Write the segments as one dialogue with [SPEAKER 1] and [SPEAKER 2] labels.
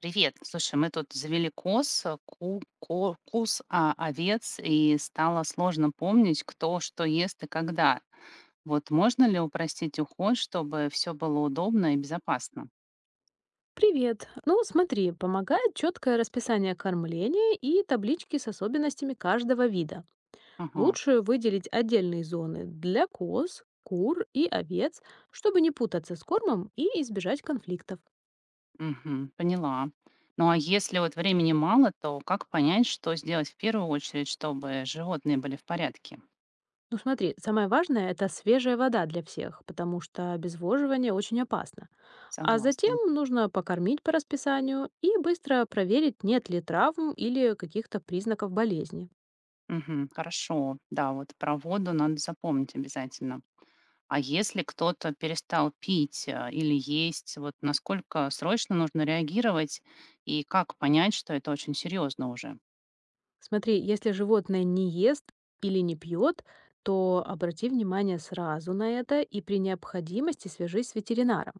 [SPEAKER 1] Привет. Слушай, мы тут завели коз, куз, овец, и стало сложно помнить, кто что ест и когда. Вот можно ли упростить уход, чтобы все было удобно и безопасно?
[SPEAKER 2] Привет. Ну, смотри, помогает четкое расписание кормления и таблички с особенностями каждого вида.
[SPEAKER 1] Ага,
[SPEAKER 2] Лучше выделить отдельные зоны для коз, кур и овец, чтобы не путаться с кормом и избежать конфликтов.
[SPEAKER 1] мгм, поняла. Ну а если вот времени мало, то как понять, что сделать в первую очередь, чтобы животные были в порядке?
[SPEAKER 2] Ну смотри, самое важное– это свежая вода для всех, потому что обезвоживание очень опасно. А
[SPEAKER 1] Согласна.
[SPEAKER 2] затем нужно покормить по расписанию и быстро проверить, нет ли травм или каких-то признаков болезни.
[SPEAKER 1] Мгм, хорошо. Да, вот про воду надо запомнить обязательно. А если кто-то перестал пить или есть, вот насколько срочно нужно реагировать и как понять, что это очень серьезно уже?
[SPEAKER 2] Смотри, если животное не ест или не пьет, то обрати внимание сразу на это и при необходимости свяжись с ветеринаром.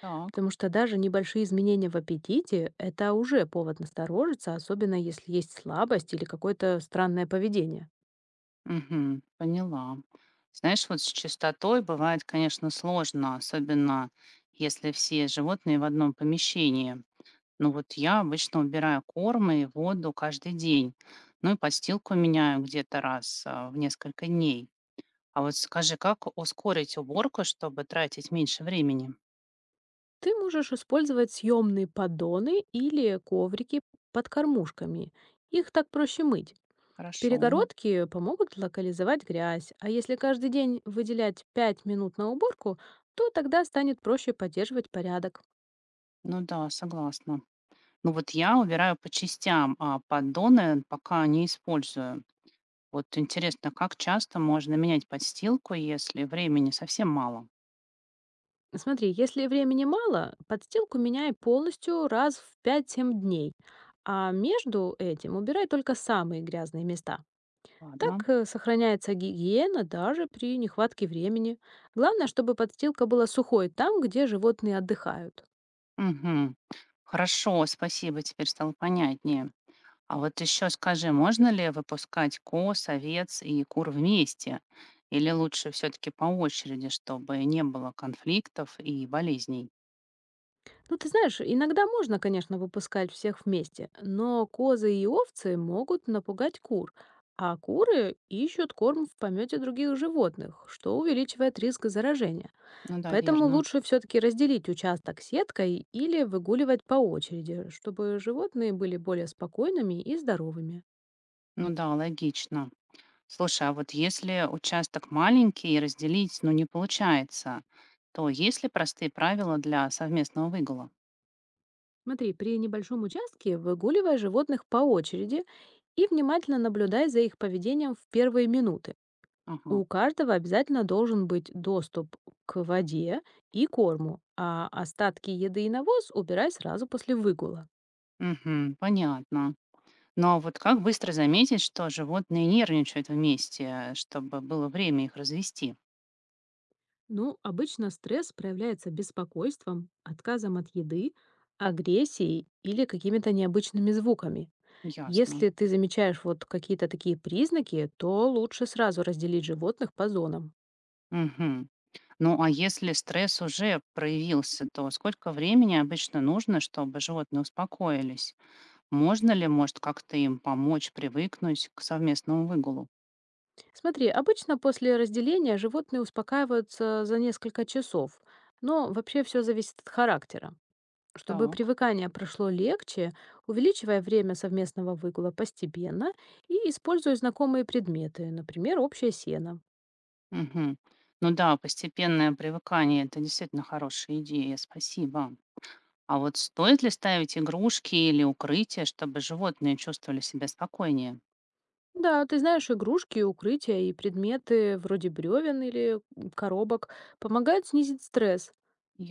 [SPEAKER 1] Так,
[SPEAKER 2] Потому что даже небольшие изменения в аппетите– это уже повод насторожиться, особенно если есть слабость или какое-то странное поведение.
[SPEAKER 1] мгм, поняла. Знаешь, вот с чистотой бывает, конечно, сложно, особенно если все животные в одном помещении. Ну вот я обычно убираю корм и воду каждый день, ну и подстилку меняю где-то раз в несколько дней. А вот скажи, как ускорить уборку, чтобы тратить меньше времени?
[SPEAKER 2] Ты можешь использовать съемные поддоны или коврики под кормушками. Их так проще мыть.
[SPEAKER 1] Хорошо.
[SPEAKER 2] Перегородки помогут локализовать грязь, а если каждый день выделять 5 минут на уборку, то тогда станет проще поддерживать порядок.
[SPEAKER 1] Ну да, согласна. Ну вот я убираю по частям, а поддоны пока не использую. Вот интересно, как часто можно менять подстилку, если времени совсем мало?
[SPEAKER 2] Смотри, если времени мало, подстилку меняй полностью раз в пять 7 дней, а между этим убирай только самые грязные места.
[SPEAKER 1] Ладно.
[SPEAKER 2] Так сохраняется гигиена даже при нехватке времени. Главное, чтобы подстилка была сухой там, где животные отдыхают.
[SPEAKER 1] Мгм. Хорошо, спасибо, теперь стало понятнее. А вот еще скажи, можно ли выпускать коз, овец и кур вместе? Или лучше все-таки по очереди, чтобы не было конфликтов и болезней?
[SPEAKER 2] Ну, ты знаешь, иногда можно, конечно, выпускать всех вместе, но козы и овцы могут напугать кур, а куры ищут корм в помете других животных, что увеличивает риск заражения.
[SPEAKER 1] Ну да,
[SPEAKER 2] Поэтому
[SPEAKER 1] верно.
[SPEAKER 2] лучше все-таки разделить участок сеткой или выгуливать по очереди, чтобы животные были более спокойными и здоровыми.
[SPEAKER 1] Ну да, логично. Слушай, а вот если участок маленький и разделить, ну, не получается, то есть ли простые правила для совместного выгула?
[SPEAKER 2] Смотри, при небольшом участке выгуливай животных по очереди и внимательно наблюдай за их поведением в первые минуты.
[SPEAKER 1] Ага.
[SPEAKER 2] У каждого обязательно должен быть доступ к воде и корму, а остатки еды и навоз убирай сразу после выгула.
[SPEAKER 1] Мгм, понятно. Но вот как быстро заметить, что животные нервничают вместе, чтобы было время их развести?
[SPEAKER 2] Ну, обычно стресс проявляется беспокойством, отказом от еды, агрессией или какими-то необычными звуками.
[SPEAKER 1] Ясно.
[SPEAKER 2] Если ты замечаешь вот какие-то такие признаки, то лучше сразу разделить животных по зонам.
[SPEAKER 1] Мгм. Ну, а если стресс уже проявился, то сколько времени обычно нужно, чтобы животные успокоились? Можно ли, может, как-то им помочь привыкнуть к совместному выгулу?
[SPEAKER 2] Смотри, обычно после разделения животные успокаиваются за несколько часов, но вообще все зависит от характера. Чтобы
[SPEAKER 1] Так.
[SPEAKER 2] привыкание прошло легче, увеличивая время совместного выгула постепенно и используя знакомые предметы, например, общее сено.
[SPEAKER 1] Мгм. Ну да, постепенное привыкание — это действительно хорошая идея, спасибо. А вот стоит ли ставить игрушки или укрытия, чтобы животные чувствовали себя спокойнее?
[SPEAKER 2] Да, ты знаешь, игрушки, укрытия и предметы вроде бревен или коробок помогают снизить стресс.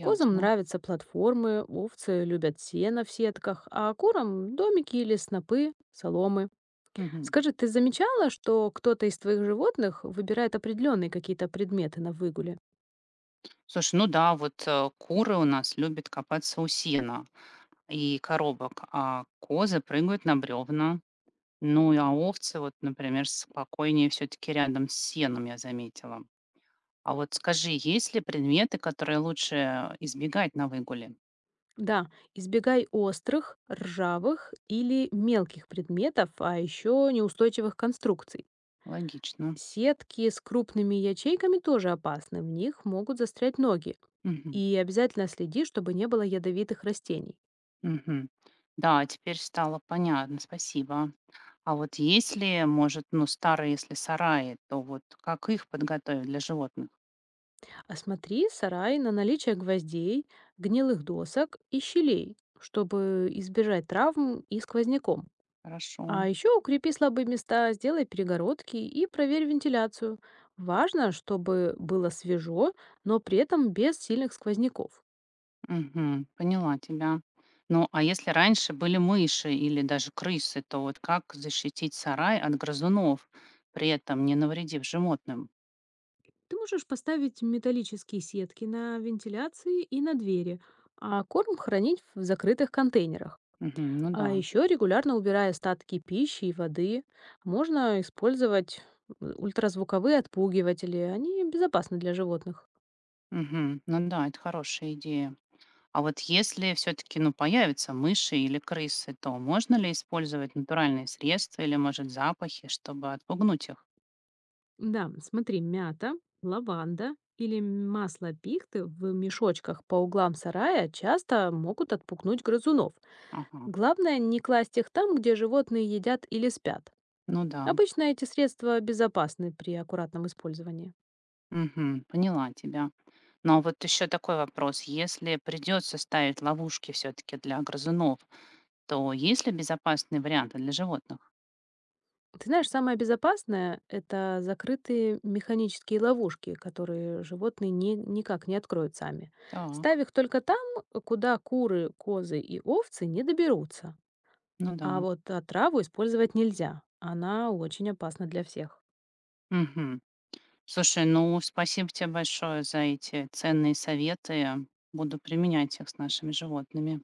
[SPEAKER 2] Козам нравятся платформы, овцы любят сено в сетках, а курам– домики или снопы, соломы.
[SPEAKER 1] Мгм.
[SPEAKER 2] Скажи, ты замечала, что кто-то из твоих животных выбирает определенные какие-то предметы на выгуле?
[SPEAKER 1] Слушай, ну да, вот куры у нас любят копаться у сена и коробок, а козы прыгают на бревна. Ну и а овцы, вот, например, спокойнее все-таки рядом с сеном, я заметила. А вот скажи, есть ли предметы, которые лучше избегать на выгуле?
[SPEAKER 2] Да, избегай острых, ржавых или мелких предметов, а еще неустойчивых конструкций.
[SPEAKER 1] Логично.
[SPEAKER 2] Сетки с крупными ячейками тоже опасны, в них могут застрять ноги.
[SPEAKER 1] Мгм.
[SPEAKER 2] И обязательно следи, чтобы не было ядовитых растений.
[SPEAKER 1] Мгм. Да, теперь стало понятно, спасибо. А вот если, может, ну, старые, если сараи, то вот как их подготовить для животных?
[SPEAKER 2] Осмотри сарай на наличие гвоздей, гнилых досок и щелей, чтобы избежать травм и сквозняком.
[SPEAKER 1] Хорошо.
[SPEAKER 2] А еще укрепи слабые места, сделай перегородки и проверь вентиляцию. Важно, чтобы было свежо, но при этом без сильных сквозняков.
[SPEAKER 1] Мгм. Поняла тебя. Ну, а если раньше были мыши или даже крысы, то вот как защитить сарай от грызунов, при этом не навредив животным?
[SPEAKER 2] Ты можешь поставить металлические сетки на вентиляции и на двери. А корм хранить в закрытых контейнерах.
[SPEAKER 1] Мгм. Ну да.
[SPEAKER 2] А еще регулярно убирая остатки пищи и воды, можно использовать ультразвуковые отпугиватели. Они безопасны для животных.
[SPEAKER 1] Мгм. Ну да, это хорошая идея. А вот если все-таки ну, появятся мыши или крысы, то можно ли использовать натуральные средства или, может, запахи, чтобы отпугнуть их?
[SPEAKER 2] Да, смотри, мята, лаванда или масло пихты в мешочках по углам сарая часто могут отпугнуть грызунов.
[SPEAKER 1] Ага,
[SPEAKER 2] Главное не класть их там, где животные едят или спят.
[SPEAKER 1] ну да.
[SPEAKER 2] Обычно эти средства безопасны при аккуратном использовании.
[SPEAKER 1] Мгм, поняла тебя. Но вот еще такой вопрос. Если придется ставить ловушки все-таки для грызунов, то есть ли безопасные варианты для животных?
[SPEAKER 2] Ты знаешь, самое безопасное– это закрытые механические ловушки, которые животные никак не откроют сами.
[SPEAKER 1] Так,
[SPEAKER 2] Ставь их только там, куда куры, козы и овцы не доберутся.
[SPEAKER 1] ну да.
[SPEAKER 2] А вот отраву использовать нельзя. Она очень опасна для всех.
[SPEAKER 1] Мгм. Слушай, ну спасибо тебе большое за эти ценные советы. Буду применять их с нашими животными.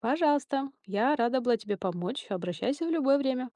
[SPEAKER 2] Пожалуйста, я рада была тебе помочь. Обращайся в любое время.